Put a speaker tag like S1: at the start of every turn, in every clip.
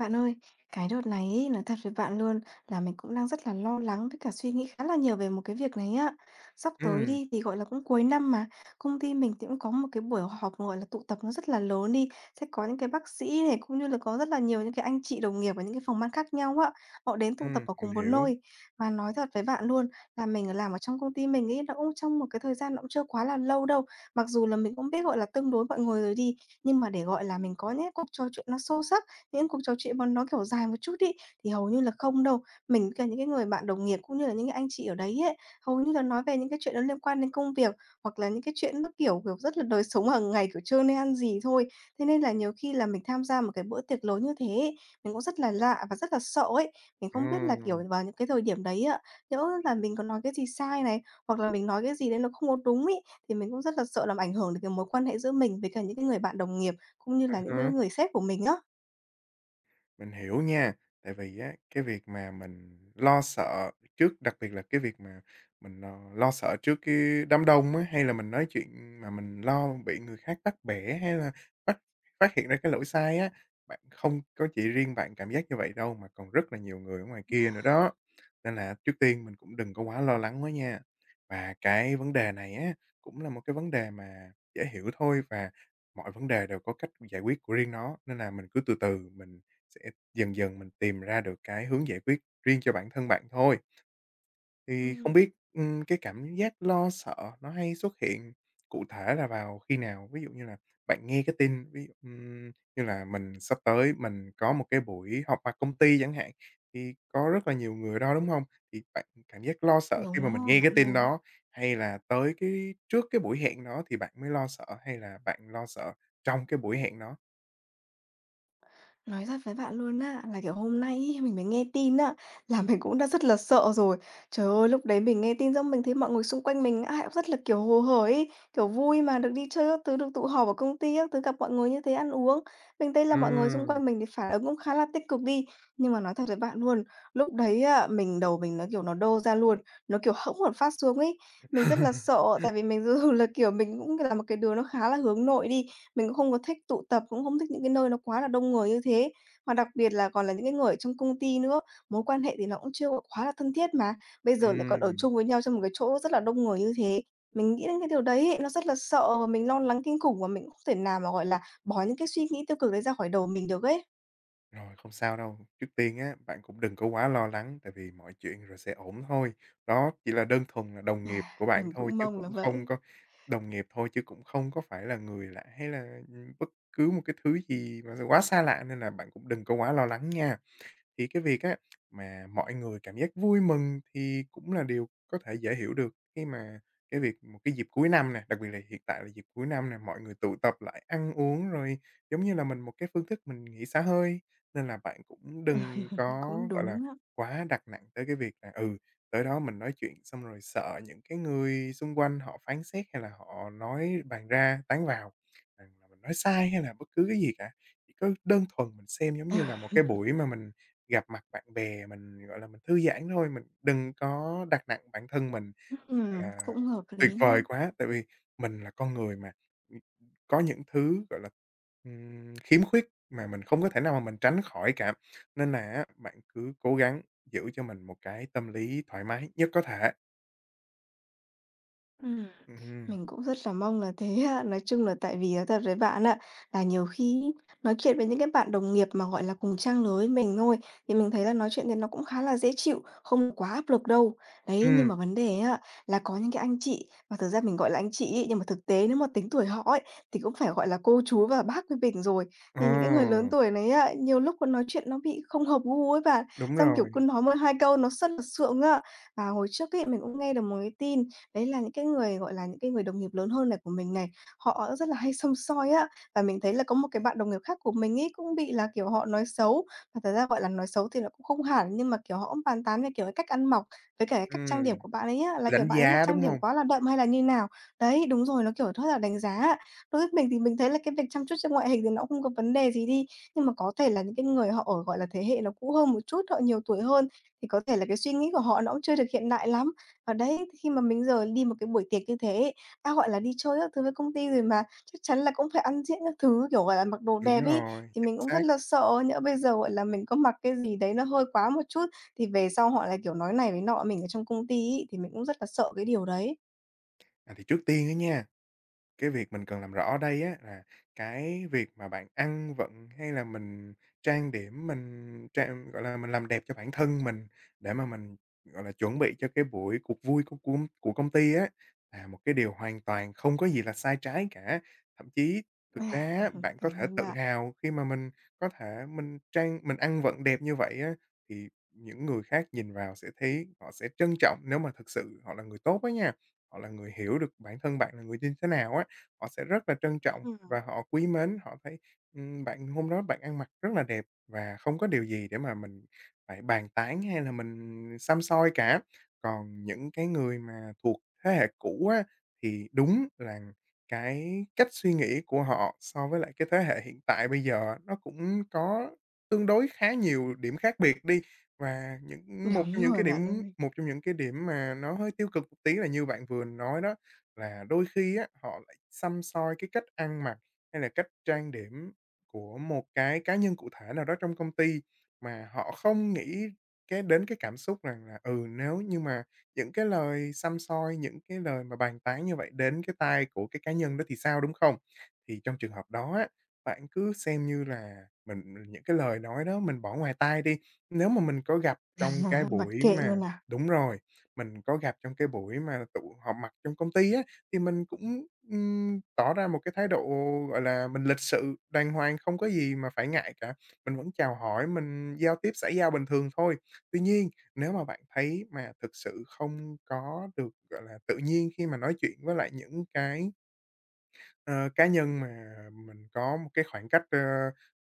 S1: Bạn ơi, cái đợt này ấy, nói thật với bạn luôn là mình cũng đang rất là lo lắng với cả suy nghĩ khá là nhiều về một cái việc này á. Sắp tới
S2: Ừm,
S1: đi thì gọi là cũng cuối năm mà, công ty mình thì cũng có một cái buổi họp gọi là tụ tập nó rất là lớn đi, sẽ có những cái bác sĩ này cũng như là có rất là nhiều những cái anh chị đồng nghiệp ở những cái phòng ban khác nhau á, họ đến tụ tập ở
S2: mình
S1: cùng một
S2: hiểu.
S1: nơi. Và nói thật với bạn luôn là mình làm ở trong công ty mình ấy nó cũng trong một cái thời gian nó cũng chưa quá là lâu đâu. Mặc dù là mình cũng biết gọi là tương đối mọi người rồi đi, nhưng mà để gọi là mình có những cuộc trò chuyện nó sâu sắc những cuộc trò chuyện mà nó, kiểu, dài một chút ấy, thì hầu như là không đâu. Mình với cả những cái người bạn đồng nghiệp cũng như là những cái anh chị ở đấy ấy, hầu như là nói về những cái chuyện nó liên quan đến công việc, hoặc là những cái chuyện nó, kiểu, rất là đời sống hàng ngày, kiểu, trưa nay ăn gì thôi. Thế nên là nhiều khi là mình tham gia một cái bữa tiệc lớn như thế ấy, mình cũng rất là lạ và rất là sợ ấy. Mình không biết là, kiểu,
S2: Ừm,
S1: vào những cái thời điểm đấy ạ, nhỡ là mình có nói cái gì sai này, hoặc là mình nói cái gì đấy nó không có đúng ấy, thì mình cũng rất là sợ làm ảnh hưởng đến cái mối quan hệ giữa mình với cả những cái người bạn đồng nghiệp, cũng như
S2: à
S1: là những cái
S2: há.
S1: người sếp của mình á.
S2: Mình hiểu nha, tại vì á, cái việc mà mình lo sợ trước đặc biệt là cái việc mà mình lo lo sợ trước cái đám đông á, hay là mình nói chuyện mà mình lo bị người khác bắt bẻ hay là phát phát hiện ra cái lỗi sai á, bạn không có chỉ riêng bạn cảm giác như vậy đâu, mà còn rất là nhiều người ở ngoài kia nữa đó. Nên là trước tiên mình cũng đừng có quá lo lắng quá nha. Và cái vấn đề này á, cũng là một cái vấn đề mà dễ hiểu thôi và mọi vấn đề đều có cách giải quyết của riêng nó, nên là mình cứ từ từ mình sẽ dần dần mình tìm ra được cái hướng giải quyết riêng cho bản thân bạn thôi. Thì không
S1: Ừm,
S2: biết, cái cảm giác lo sợ nó hay xuất hiện cụ thể là vào khi nào? Ví dụ như là bạn nghe cái tin, ví dụ, như là mình sắp tới mình có một cái buổi họp mặt công ty chẳng hạn, thì có rất là nhiều người ở đó, đúng không? Thì bạn cảm giác lo sợ khi mà
S1: đúng
S2: mình
S1: rồi
S2: nghe
S1: bạn
S2: cái tin
S1: ơi.
S2: đó, hay là tới cái trước cái buổi hẹn đó thì bạn mới lo sợ, hay là bạn lo sợ trong cái buổi hẹn đó?
S1: Nói thật với bạn luôn á, là, kiểu, hôm nay ấy mình mới nghe tin á, là mình cũng đã rất là sợ rồi. Trời ơi, lúc đấy mình nghe tin xong mình thấy mọi người xung quanh mình ai cũng rất là, kiểu, hồ hởi ấy, kiểu, vui mà được đi chơi các thứ, được tụ họp ở công ty các thứ, gặp mọi người như thế ăn uống. Mình thấy là mọi người xung
S2: Ừm.
S1: quanh mình thì phản ứng cũng khá là tích cực đi. Nhưng mà nói thật với bạn luôn, lúc đấy á, mình đầu mình nó, kiểu, nó đô ra luôn, nó, kiểu, hẫng một phát xuống ấy. Mình rất là sợ tại vì mình dù là, kiểu, mình cũng là một cái đứa nó khá là hướng nội đi. Mình cũng không có thích tụ tập, cũng không thích những cái nơi nó quá là đông người như thế. Mà đặc biệt là còn là những cái người ở trong công ty nữa, mối quan hệ thì nó cũng chưa có quá là thân thiết mà, bây giờ lại còn ở
S2: Ừm.
S1: chung với nhau trong một cái chỗ rất là đông người như thế. Mình nghĩ đến cái điều đấy ấy, nó rất là sợ và mình lo lắng kinh khủng và mình cũng không thể nào mà, gọi là, bỏ những cái suy nghĩ tiêu cực đấy ra khỏi đầu mình được ấy.
S2: Rồi, không sao đâu. Trước tiên á, bạn cũng đừng có quá lo lắng, tại vì mọi chuyện rồi sẽ ổn thôi. Đó chỉ là đơn thuần là đồng nghiệp của bạn
S1: Mình
S2: thôi
S1: cũng
S2: chứ
S1: mong là
S2: cũng không
S1: vậy.
S2: có đồng nghiệp thôi chứ cũng không có phải là người lạ hay là, bất cứ một cái thứ gì mà quá xa lạ nên là bạn cũng đừng có quá lo lắng nha. Thì cái việc á, mà mọi người cảm giác vui mừng thì cũng là điều có thể dễ hiểu được khi mà cái việc một cái dịp cuối năm nè, đặc biệt là hiện tại là dịp cuối năm nè, mọi người tụ tập lại ăn uống rồi giống như là mình một cái phương thức mình nghỉ xả hơi. Nên là bạn cũng đừng có,
S1: Cũng
S2: gọi là,
S1: đúng á.
S2: quá đặt nặng tới cái việc là, tới đó mình nói chuyện xong rồi sợ những cái người xung quanh họ phán xét hay là họ nói bàn ra tán vào rằng là mình nói sai hay là bất cứ cái gì cả. Chỉ có đơn thuần mình xem giống như là một cái buổi mà mình gặp mặt bạn bè mình, gọi là, mình thư giãn thôi, mình đừng có đặt nặng bản thân mình, gọi là,
S1: Cũng hợp
S2: tuyệt
S1: lý
S2: vời
S1: đấy.
S2: quá. Tại vì mình là con người mà, ừm, có những thứ, gọi là, khiếm khuyết mà mình không có thể nào mà mình tránh khỏi cả. Nên là á, bạn cứ cố gắng giữ cho mình một cái tâm lý thoải mái nhất có thể.
S1: Ừm,
S2: Ừm,
S1: mình cũng rất là mong là thế ạ. Nói chung là tại vì nói thật với bạn ạ là nhiều khi nói chuyện với những cái bạn đồng nghiệp mà, gọi là, cùng trang lứa với mình thôi, thì mình thấy là nói chuyện thì nó cũng khá là dễ chịu, không quá áp lực đâu. Đấy, nhưng
S2: ừm,
S1: mà vấn đề á, là có những cái anh chị mà thực ra mình gọi là anh chị ấy, nhưng mà thực tế nếu mà tính tuổi họ ấy, thì cũng phải, gọi là, cô chú và bác với mình rồi. Thì những cái người lớn
S2: ờ,
S1: tuổi này á, nhiều lúc còn nói chuyện nó bị không hợp gu ấy bạn,
S2: đúng
S1: xong, kiểu,
S2: rồi,
S1: cứ nói 1, 2 câu nó rất là sượng ạ. Và hồi trước ấy, mình cũng nghe được một cái tin. Đấy là những cái người, gọi là, những cái người đồng nghiệp lớn hơn này của mình này, họ rất là hay xăm soi á, và mình thấy là có một cái bạn đồng nghiệp khác của mình ấy cũng bị là, kiểu, họ nói xấu, và thật ra, gọi là, nói xấu thì nó cũng không hẳn, nhưng mà, kiểu, họ cũng bàn tán về, kiểu, cái cách ăn mặc, với cả cái cách trang điểm
S2: ừm,
S1: của bạn ấy á, là, kiểu,
S2: đánh
S1: bạn ấy là
S2: giá,
S1: trang
S2: đúng
S1: điểm
S2: không?
S1: quá là đậm hay là như nào. Đấy, đúng rồi, nó, kiểu, rất là đánh giá á. Đối với mình thì mình thấy là cái việc chăm chút cho ngoại hình thì nó cũng không có vấn đề gì đi, nhưng mà có thể là những cái người họ ở, gọi là, thế hệ nó cũ hơn một chút, họ nhiều tuổi hơn thì có thể là cái suy nghĩ của họ nó cũng chưa được hiện đại lắm. Ờ, đấy, khi mà mình giờ đi một cái buổi tiệc như thế ấy, đã gọi là đi chơi các thứ với công ty rồi mà chắc chắn là cũng phải ăn diện các thứ, kiểu, gọi là, mặc đồ
S2: Đúng
S1: đẹp ấy,
S2: rồi,
S1: thì
S2: chính
S1: mình cũng rất
S2: xác.
S1: là sợ, nhỡ bây giờ, gọi là, mình có mặc cái gì đấy nó hơi quá một chút thì về sau họ lại, kiểu, nói này nói nọ mình ở trong công ty ấy, thì mình cũng rất là sợ cái điều đấy.
S2: À, thì trước tiên á nha. Cái việc mình cần làm rõ ở đây á là cái việc mà bạn ăn vận hay là mình trang điểm, mình trang gọi là, mình làm đẹp cho bản thân mình để mà mình, gọi là, chuẩn bị cho cái buổi cuộc vui của công ty á, là một cái điều hoàn toàn không có gì là sai trái cả. Thậm chí
S1: À,
S2: thực ra á, bạn có
S1: cảm
S2: thể
S1: ơn
S2: tự
S1: bạn.
S2: hào khi mà mình có thể mình ăn vận đẹp như vậy á, thì những người khác nhìn vào sẽ thấy họ sẽ trân trọng nếu mà thực sự họ là người tốt á nha, họ là người hiểu được bản thân bạn là người như thế nào á họ sẽ rất là trân trọng
S1: Ừm.
S2: và họ quý mến, họ thấy, bạn hôm đó bạn ăn mặc rất là đẹp và không có điều gì để mà mình phải bàn tán hay là mình xăm soi cả. Còn những cái người mà thuộc thế hệ cũ á, thì đúng là cái cách suy nghĩ của họ so với lại cái thế hệ hiện tại bây giờ á, nó cũng có tương đối khá nhiều điểm khác biệt đi. Và những một trong
S1: Đúng
S2: những
S1: rồi
S2: cái
S1: bạn
S2: điểm
S1: ơi,
S2: một trong những cái điểm mà nó hơi tiêu cực một tí là như bạn vừa nói đó, là đôi khi á, họ lại xăm soi cái cách ăn mặc hay là cách trang điểm của một cái cá nhân cụ thể nào đó trong công ty mà họ không nghĩ cái đến cái cảm xúc rằng là, nếu như mà những cái lời xăm soi, những cái lời mà bàn tán như vậy đến cái tai của cái cá nhân đó thì sao, đúng không? Thì trong trường hợp đó á, bạn cứ xem như là mình những cái lời nói đó mình bỏ ngoài tai đi. Nếu mà mình có gặp trong cái
S1: mặc
S2: buổi
S1: kệ
S2: mà,
S1: luôn à.
S2: đúng rồi, mình có gặp trong cái buổi mà tụ họp mặt trong công ty á, thì mình cũng, tỏ ra một cái thái độ, gọi là, mình lịch sự, đàng hoàng, không có gì mà phải ngại cả. Mình vẫn chào hỏi, mình giao tiếp xã giao bình thường thôi. Tuy nhiên, nếu mà bạn thấy mà thực sự không có được, gọi là, tự nhiên khi mà nói chuyện với lại những cái Ờ, cá nhân mà mình có một cái khoảng cách,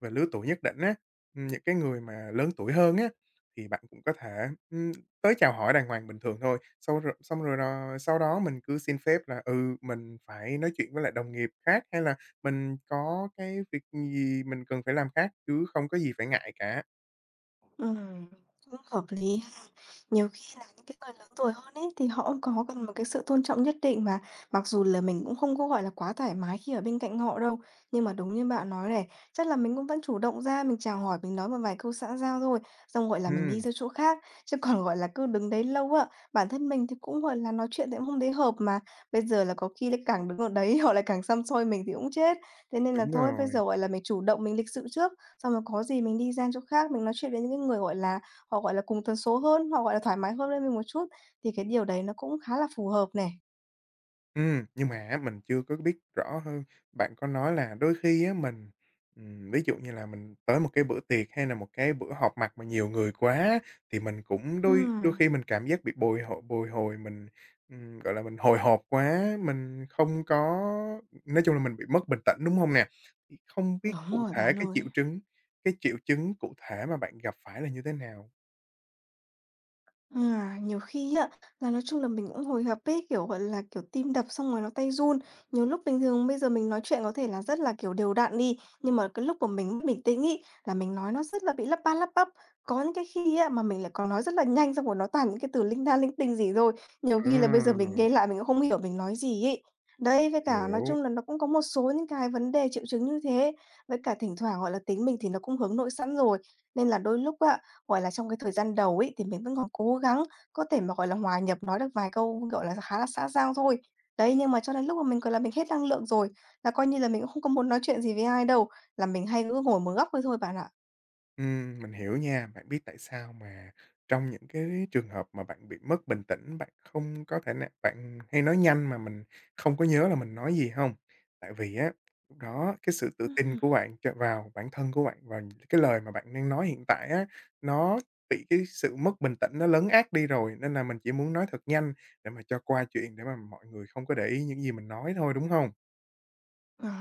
S2: về lứa tuổi nhất định á, những cái người mà lớn tuổi hơn á, thì bạn cũng có thể, ưm, tới chào hỏi đàng hoàng bình thường thôi, sau rồi xong rồi rồi sau đó mình cứ xin phép là, mình phải nói chuyện với lại đồng nghiệp khác, hay là mình có cái việc gì mình cần phải làm khác, chứ không có gì phải ngại cả.
S1: Ừm, cũng hợp lý ha. Nhiều khi là những cái người lớn tuổi hơn ấy, thì họ cũng có cần một cái sự tôn trọng nhất định mà, mặc dù là mình cũng không có, gọi là, quá thoải mái khi ở bên cạnh họ đâu. Nhưng mà đúng như bạn nói này, chắc là mình cũng vẫn chủ động ra, mình chào hỏi, mình nói một vài câu xã giao thôi, xong, gọi là, mình đi
S2: Ừm,
S1: ra chỗ khác, chứ còn, gọi là, cứ đứng đấy lâu á, bản thân mình thì cũng, gọi là, nói chuyện thì cũng không thấy hợp mà. Bây giờ là có khi lại càng đứng ở đấy họ lại càng xăm soi mình thì cũng chết. Thế nên là
S2: đúng
S1: thôi bây
S2: rồi.
S1: giờ, gọi là, mình chủ động mình lịch sự trước. Xong rồi có gì mình đi sang chỗ khác, mình nói chuyện với những cái người, gọi là, họ, gọi là, cùng tần số hơn, họ, gọi là, thoải mái hơn với mình một chút, thì cái điều đấy nó cũng khá là phù hợp nè.
S2: Nhưng mà á mình chưa có biết rõ hơn. Bạn có nói là đôi khi á mình, ví dụ như là mình tới một cái bữa tiệc hay là một cái bữa họp mặt mà nhiều người quá thì mình cũng đôi đôi
S1: Ừm.
S2: khi mình cảm giác bị bồi hồi, mình, gọi là, mình hồi hộp quá, mình không có nói chung là mình bị mất bình tĩnh, đúng không nè? Thì không biết
S1: Đúng
S2: cụ
S1: rồi
S2: thể
S1: bạn
S2: cái triệu
S1: ơi.
S2: chứng cái triệu chứng cụ thể mà bạn gặp phải là như thế nào?
S1: À, nhiều khi á, là nói chung là mình cũng hồi hộp ấy, kiểu, gọi là, kiểu, tim đập xong rồi nó tay run. Nhiều lúc bình thường bây giờ mình nói chuyện có thể là rất là, kiểu, đều đặn đi, nhưng mà cái lúc mà mình mất bình tĩnh ấy, là mình nói nó rất là bị lắp ba lắp bắp. Có những cái khi á, mà mình lại còn nói rất là nhanh xong rồi nó toàn những cái từ linh đa linh tinh gì rồi. Nhiều khi là bây giờ mình
S2: Ừm,
S1: nghe lại mình cũng không hiểu mình nói gì ấy. Đấy, với cả nói
S2: hiểu.
S1: chung là nó cũng có một số những cái vấn đề triệu chứng như thế. Với cả thỉnh thoảng, gọi là, tính mình thì nó cũng hướng nội sẵn rồi, nên là đôi lúc á, gọi là, trong cái thời gian đầu ấy, thì mình vẫn còn cố gắng có thể mà, gọi là, hòa nhập, nói được vài câu, gọi là, khá là xã giao thôi. Đấy, nhưng mà cho đến lúc mà mình, gọi là, mình hết năng lượng rồi, là coi như là mình cũng không có muốn nói chuyện gì với ai đâu, là mình hay cứ ngồi một góc đấy thôi bạn ạ.
S2: Mình hiểu nha. Bạn biết tại sao mà trong những cái trường hợp mà bạn bị mất bình tĩnh, bạn không có thể nào bạn hay nói nhanh mà mình không có nhớ là mình nói gì không? Tại vì á, lúc đó cái sự tự tin của bạn cho vào bản thân của bạn, vào những cái lời mà bạn đang nói hiện tại á, nó bị cái sự mất bình tĩnh nó lấn át đi rồi, nên là mình chỉ muốn nói thật nhanh để mà cho qua chuyện, để mà mọi người không có để ý những gì mình nói thôi, đúng không?
S1: À.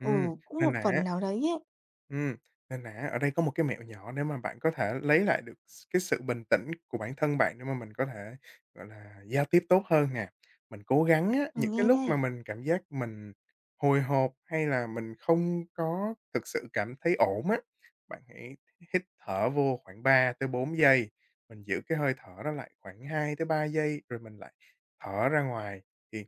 S1: Ừ,
S2: Ừm,
S1: cũng một
S2: nên
S1: phần
S2: là
S1: nào đấy ấy.
S2: Ừm, nên là ở đây có một cái mẹo nhỏ để mà bạn có thể lấy lại được cái sự bình tĩnh của bản thân bạn để mà mình có thể, gọi là, giao tiếp tốt hơn nè. Mình cố gắng á,
S1: Mình
S2: những cái
S1: nghe
S2: lúc mà
S1: đây.
S2: mình cảm giác mình hồi hộp hay là mình không có thực sự cảm thấy ổn á, bạn hãy hít thở vô khoảng 3 tới 4 giây, mình giữ cái hơi thở đó lại khoảng 2 tới 3 giây rồi mình lại thở ra ngoài. Thì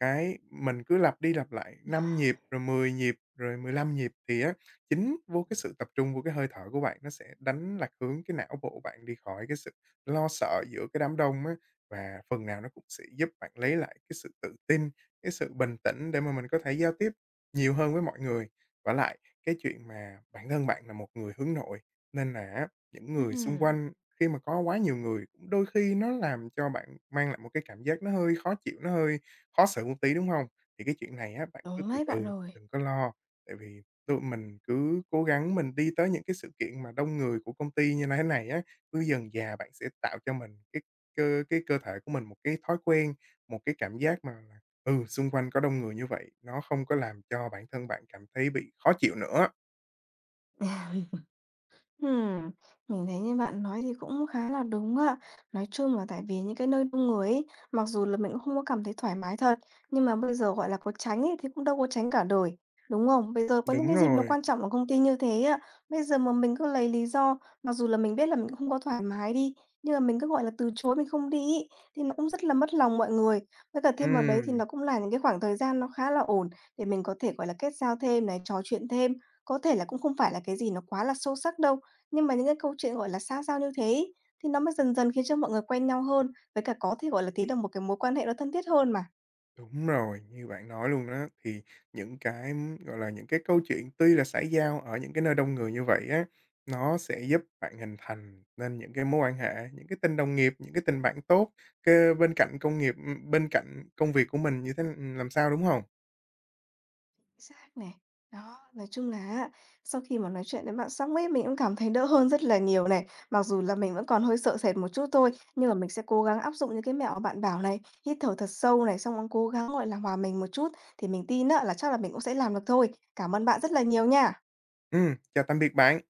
S2: cái mình cứ lặp đi lặp lại 5 nhịp, rồi 10 nhịp, rồi 15 nhịp thì á, chính vô cái sự tập trung vô cái hơi thở của bạn nó sẽ đánh lạc hướng cái não bộ bạn đi khỏi cái sự lo sợ giữa cái đám đông á, và phần nào nó cũng sẽ giúp bạn lấy lại cái sự tự tin, cái sự bình tĩnh để mà mình có thể giao tiếp nhiều hơn với mọi người. Và lại cái chuyện mà bản thân bạn là một người hướng nội, nên là á, những người xung
S1: Ừm.
S2: quanh khi mà có quá nhiều người cũng đôi khi nó làm cho bạn mang lại một cái cảm giác nó hơi khó chịu, nó hơi khó xử một tí, đúng hông? Thì cái chuyện này á, bạn cứ
S1: Đúng
S2: từ
S1: đấy bạn
S2: từ,
S1: ơi.
S2: đừng có lo, tại vì tụi mình cứ cố gắng mình đi tới những cái sự kiện mà đông người của công ty như này thế này á, cứ dần dà bạn sẽ tạo cho mình cái cái cơ thể của mình một cái thói quen, một cái cảm giác mà là, xung quanh có đông người như vậy, nó không có làm cho bản thân bạn cảm thấy bị khó chịu nữa.
S1: Ừm, mình thấy như bạn nói thì cũng khá là đúng ạ. Nói chung là tại vì những cái nơi đông người ấy, mặc dù là mình cũng không có cảm thấy thoải mái thật, nhưng mà bây giờ, gọi là, có tránh ấy thì cũng đâu có tránh cả đời, đúng không? Bây giờ có những
S2: Đúng
S1: cái dịp nó
S2: rồi,
S1: quan trọng ở công ty như thế ạ, bây giờ mà mình cứ lấy lý do, mặc dù là mình biết là mình cũng không có thoải mái đi, nhưng mà mình cứ, gọi là, từ chối mình không đi ấy, thì nó cũng rất là mất lòng mọi người. Với cả thêm vào đấy thì
S2: ừm.
S1: nó cũng là những cái khoảng thời gian nó khá là ổn để mình có thể, gọi là, kết giao thêm này, trò chuyện thêm, có thể là cũng không phải là cái gì nó quá là sâu sắc đâu, nhưng mà những cái câu chuyện, gọi là, xa giao như thế ấy, thì nó mới dần dần khiến cho mọi người quen nhau hơn, với cả có thể, gọi là, tí được một cái mối quan hệ nó thân thiết hơn mà.
S2: Đúng rồi, như bạn nói luôn đó, thì những cái, gọi là, những cái câu chuyện tuy là xã giao ở những cái nơi đông người như vậy á, nó sẽ giúp bạn hình thành nên những cái mối quan hệ, những cái tình đồng nghiệp, những cái tình bạn tốt, cái bên cạnh công nghiệp bên cạnh công việc của mình như thế làm sao, đúng không?
S1: Xác này. Đó, nói chung là á, sau khi mà nói chuyện với bạn xong ấy, mình cũng cảm thấy đỡ hơn rất là nhiều này. Mặc dù là mình vẫn còn hơi sợ sệt một chút thôi, nhưng mà mình sẽ cố gắng áp dụng những cái mẹo mà bạn bảo này, hít thở thật sâu này, xong cũng cố gắng, gọi là, hòa mình một chút, thì mình tin á là chắc là mình cũng sẽ làm được thôi. Cảm ơn bạn rất là nhiều nha.
S2: Chào tạm biệt bạn.